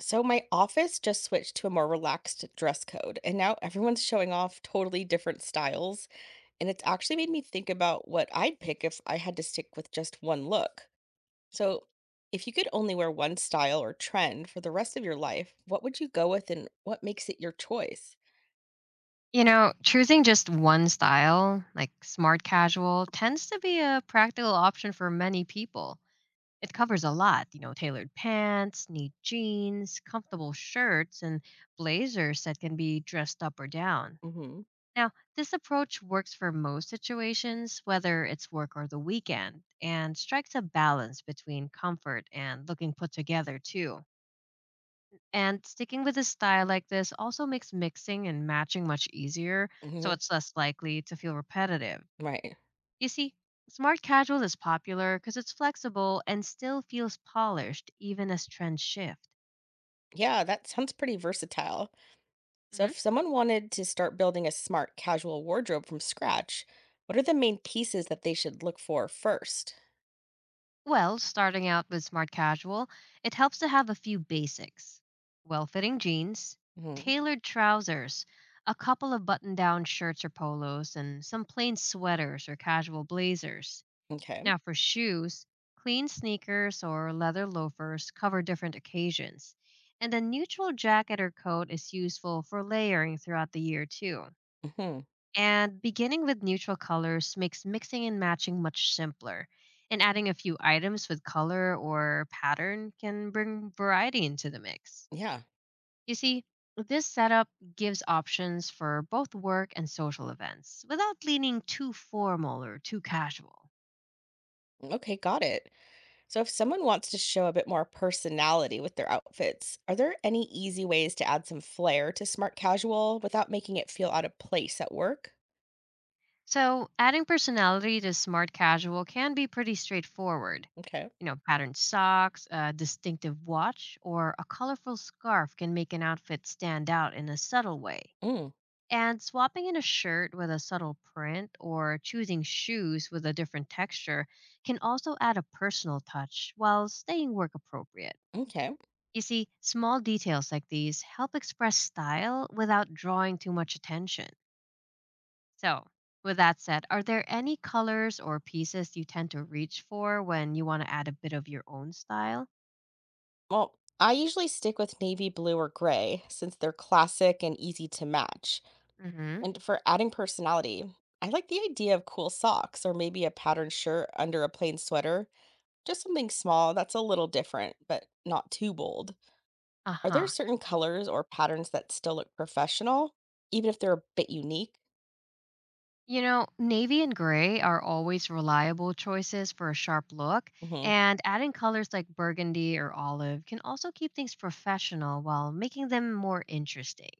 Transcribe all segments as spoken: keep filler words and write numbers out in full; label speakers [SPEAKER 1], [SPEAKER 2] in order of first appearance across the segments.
[SPEAKER 1] So my office just switched to a more relaxed dress code, and now everyone's showing off totally different styles, and it's actually made me think about what I'd pick if I had to stick with just one look. So, if you could only wear one style or trend for the rest of your life, what would you go with and what makes it your choice?
[SPEAKER 2] You know, choosing just one style, like smart casual, tends to be a practical option for many people. It covers a lot, you know, tailored pants, neat jeans, comfortable shirts, and blazers that can be dressed up or down.
[SPEAKER 1] Mhm.
[SPEAKER 2] Now, this approach works for most situations, whether it's work or the weekend, and strikes a balance between comfort and looking put together, too. And sticking with a style like this also makes mixing and matching much easier, so
[SPEAKER 1] Mhm.
[SPEAKER 2] it's less likely to feel repetitive.
[SPEAKER 1] Right.
[SPEAKER 2] You see, smart casual is popular because it's flexible and still feels polished even as trends shift.
[SPEAKER 1] Yeah, that sounds pretty versatile. So,
[SPEAKER 2] Mhm.
[SPEAKER 1] if someone wanted to start building a smart casual wardrobe from scratch, what are the main pieces that they should look for first?
[SPEAKER 2] Well, starting out with smart casual, it helps to have a few basics, well fitting jeans,
[SPEAKER 1] hmm
[SPEAKER 2] tailored trousers, a couple of button down shirts or polos, and some plain sweaters or casual blazers.
[SPEAKER 1] Okay.
[SPEAKER 2] Now, for shoes, clean sneakers or leather loafers cover different occasions, and a neutral jacket or coat is useful for layering throughout the year, too.
[SPEAKER 1] hmm
[SPEAKER 2] And beginning with neutral colors makes mixing and matching much simpler, and adding a few items with color or pattern can bring variety into the mix.
[SPEAKER 1] Yeah.
[SPEAKER 2] You see, this setup gives options for both work and social events without leaning too formal or too casual.
[SPEAKER 1] Okay. Got it. So, if someone wants to show a bit more personality with their outfits, are there any easy ways to add some flair to smart casual without making it feel out of place at work?
[SPEAKER 2] So, adding personality to smart casual can be pretty straightforward.
[SPEAKER 1] Okay.
[SPEAKER 2] You know, patterned socks, a distinctive watch, or a colorful scarf can make an outfit stand out in a subtle way.
[SPEAKER 1] Mm,
[SPEAKER 2] And swapping in a shirt with a subtle print or choosing shoes with a different texture can also add a personal touch while staying work appropriate.
[SPEAKER 1] okay.
[SPEAKER 2] You see, small details like these help express style without drawing too much attention. So, with that said, are there any colors or pieces you tend to reach for when you want to add a bit of your own style?
[SPEAKER 1] Well, I usually stick with navy blue or gray since they're classic and easy to match.
[SPEAKER 2] Mm-hmm.
[SPEAKER 1] And for adding personality, I like the idea of cool socks or maybe a patterned shirt under a plain sweater. Just something small that's a little different, but not too bold. Are there
[SPEAKER 2] Uh-huh.
[SPEAKER 1] certain colors or patterns that still look professional, even if they're a bit unique?
[SPEAKER 2] You know, navy and gray are always reliable choices for a sharp look,
[SPEAKER 1] hmm
[SPEAKER 2] and adding colors like burgundy or olive can also keep things professional while making them more interesting.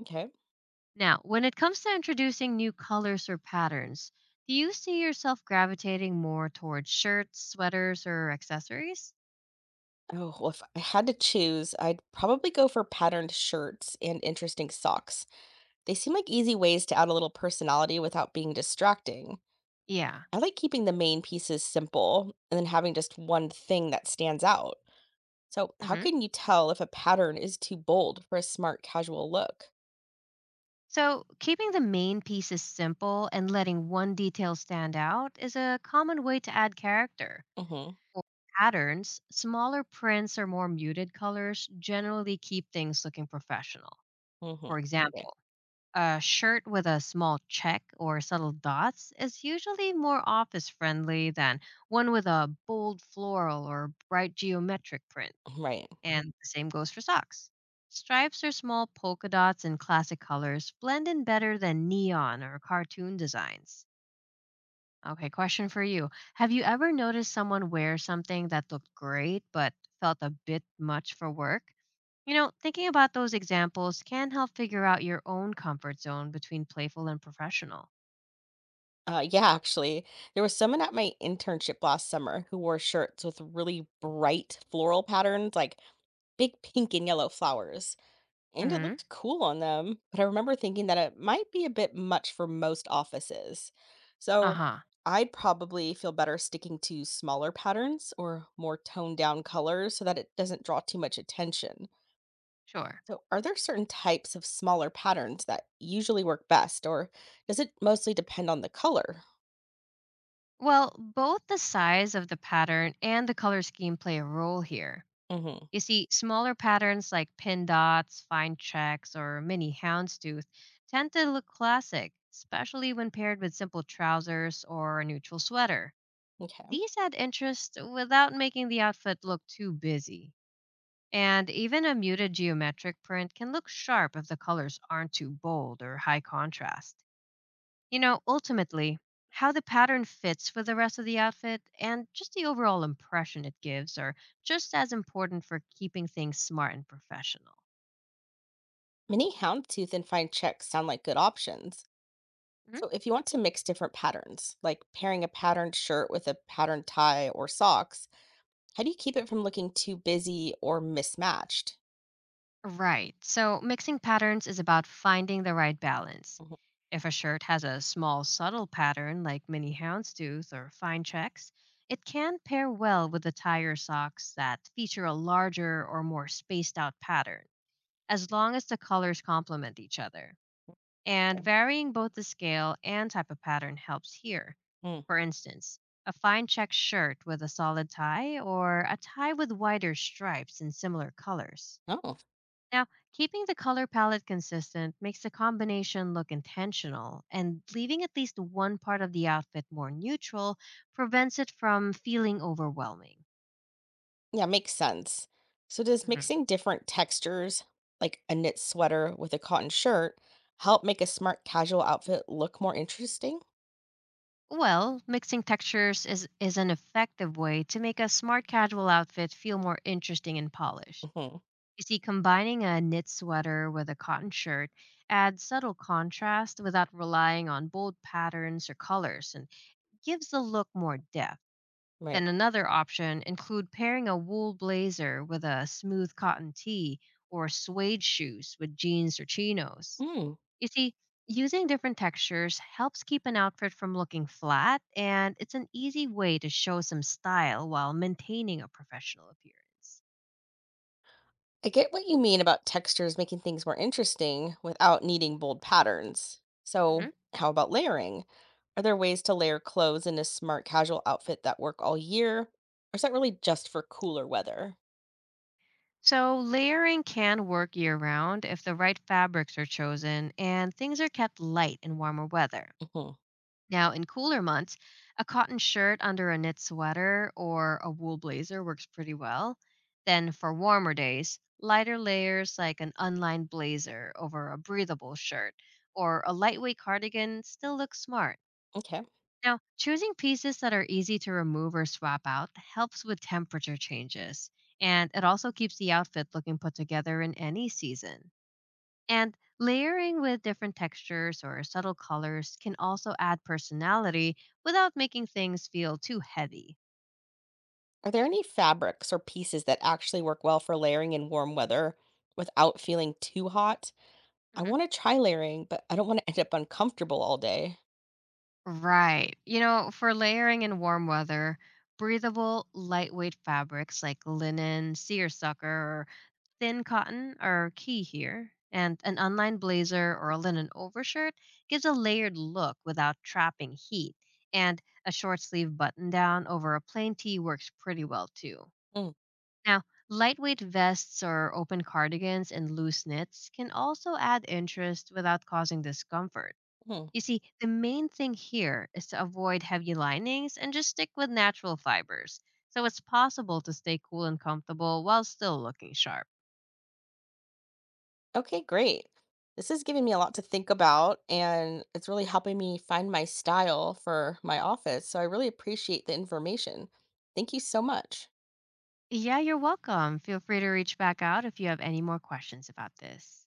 [SPEAKER 1] Okay.
[SPEAKER 2] Now, when it comes to introducing new colors or patterns, do you see yourself gravitating more towards shirts, sweaters, or accessories?
[SPEAKER 1] Oh, well, if I had to choose, I'd probably go for patterned shirts and interesting socks. They seem like easy ways to add a little personality without being distracting.
[SPEAKER 2] Yeah.
[SPEAKER 1] I like keeping the main pieces simple and then having just one thing that stands out. So, how
[SPEAKER 2] hmm
[SPEAKER 1] can you tell if a pattern is too bold for a smart casual look?
[SPEAKER 2] So, keeping the main pieces simple and letting one detail stand out is a common way to add character.
[SPEAKER 1] Mm-hmm.
[SPEAKER 2] For patterns, smaller prints or more muted colors generally keep things looking professional.
[SPEAKER 1] Mm-hmm.
[SPEAKER 2] For
[SPEAKER 1] Yeah.
[SPEAKER 2] example, a shirt with a small check or subtle dots is usually more office friendly than one with a bold floral or bright geometric print.
[SPEAKER 1] Right.
[SPEAKER 2] And the same goes for socks. Stripes or small polka dots in classic colors blend in better than neon or cartoon designs. Okay, question for you. Have you ever noticed someone wear something that looked great but felt a bit much for work? You know, thinking about those examples can help figure out your own comfort zone between playful and professional.
[SPEAKER 1] Uh, yeah, actually, there was someone at my internship last summer who wore shirts with really bright floral patterns, like big pink and yellow flowers, and it
[SPEAKER 2] Mm-hmm.
[SPEAKER 1] looked cool on them. But I remember thinking that it might be a bit much for most offices. So
[SPEAKER 2] Uh-huh.
[SPEAKER 1] I'd probably feel better sticking to smaller patterns or more toned down colors so that it doesn't draw too much attention.
[SPEAKER 2] Sure.
[SPEAKER 1] So, are there certain types of smaller patterns that usually work best, or does it mostly depend on the color?
[SPEAKER 2] Well, both the size of the pattern and the color scheme play a role here.
[SPEAKER 1] hmm
[SPEAKER 2] You see, smaller patterns like pin dots, fine checks, or mini houndstooth tend to look classic, especially when paired with simple trousers or a neutral sweater.
[SPEAKER 1] Okay.
[SPEAKER 2] These add interest without making the outfit look too busy. And even a muted geometric print can look sharp if the colors aren't too bold or high contrast. You know, ultimately, how the pattern fits with the rest of the outfit and just the overall impression it gives are just as important for keeping things smart and professional.
[SPEAKER 1] Mini houndstooth and fine checks sound like good options.
[SPEAKER 2] hmm
[SPEAKER 1] So, if you want to mix different patterns, like pairing a patterned shirt with a patterned tie or socks, how do you keep it from looking too busy or mismatched?
[SPEAKER 2] Right. So mixing patterns is about finding the right balance.
[SPEAKER 1] Mhm.
[SPEAKER 2] If a shirt has a small, subtle pattern like mini houndstooth or fine checks, it can pair well with the tie or socks that feature a larger or more spaced out pattern, as long as the colors complement each other, and
[SPEAKER 1] Okay.
[SPEAKER 2] varying both the scale and type of pattern helps here.
[SPEAKER 1] Mm.
[SPEAKER 2] For instance, a fine check shirt with a solid tie or a tie with wider stripes in similar colors.
[SPEAKER 1] Oh.
[SPEAKER 2] Now, keeping the color palette consistent makes the combination look intentional, and leaving at least one part of the outfit more neutral prevents it from feeling overwhelming.
[SPEAKER 1] Yeah, makes sense. So, does
[SPEAKER 2] Mhm.
[SPEAKER 1] mixing different textures, like a knit sweater with a cotton shirt, help make a smart casual outfit look more interesting?
[SPEAKER 2] Well, mixing textures is, is an effective way to make a smart casual outfit feel more interesting and polished.
[SPEAKER 1] hmm
[SPEAKER 2] You see, combining a knit sweater with a cotton shirt adds subtle contrast without relying on bold patterns or colors and gives the look more depth.
[SPEAKER 1] Right.
[SPEAKER 2] Then another option include pairing a wool blazer with a smooth cotton tee or suede shoes with jeans or chinos.
[SPEAKER 1] Mm.
[SPEAKER 2] You see, using different textures helps keep an outfit from looking flat, and it's an easy way to show some style while maintaining a professional appearance.
[SPEAKER 1] I get what you mean about textures making things more interesting without needing bold patterns. So,
[SPEAKER 2] Mhm.
[SPEAKER 1] how about layering? Are there ways to layer clothes in a smart casual outfit that work all year? Or is that really just for cooler weather?
[SPEAKER 2] So, layering can work year round if the right fabrics are chosen and things are kept light in warmer weather.
[SPEAKER 1] hmm
[SPEAKER 2] Now, in cooler months, a cotton shirt under a knit sweater or a wool blazer works pretty well. Then, for warmer days, lighter layers like an unlined blazer over a breathable shirt or a lightweight cardigan still look smart.
[SPEAKER 1] Okay.
[SPEAKER 2] Now, choosing pieces that are easy to remove or swap out helps with temperature changes, and it also keeps the outfit looking put together in any season. And layering with different textures or subtle colors can also add personality without making things feel too heavy.
[SPEAKER 1] Are there any fabrics or pieces that actually work well for layering in warm weather without feeling too hot? I
[SPEAKER 2] hmm
[SPEAKER 1] want to try layering, but I don't want to end up uncomfortable all day.
[SPEAKER 2] Right. You know, for layering in warm weather, breathable, lightweight fabrics like linen, seersucker, thin cotton are key here, and an unlined blazer or a linen overshirt gives a layered look without trapping heat, and a short sleeve button down over a plain tee works pretty well too. Now, lightweight vests or open cardigans and loose knits can also add interest without causing discomfort.
[SPEAKER 1] Mm-hmm.
[SPEAKER 2] You see, the main thing here is to avoid heavy linings and just stick with natural fibers, so it's possible to stay cool and comfortable while still looking sharp.
[SPEAKER 1] Okay, great. This is giving me a lot to think about, and it's really helping me find my style for my office. So I really appreciate the information. Thank you so much.
[SPEAKER 2] Yeah, you're welcome. Feel free to reach back out if you have any more questions about this.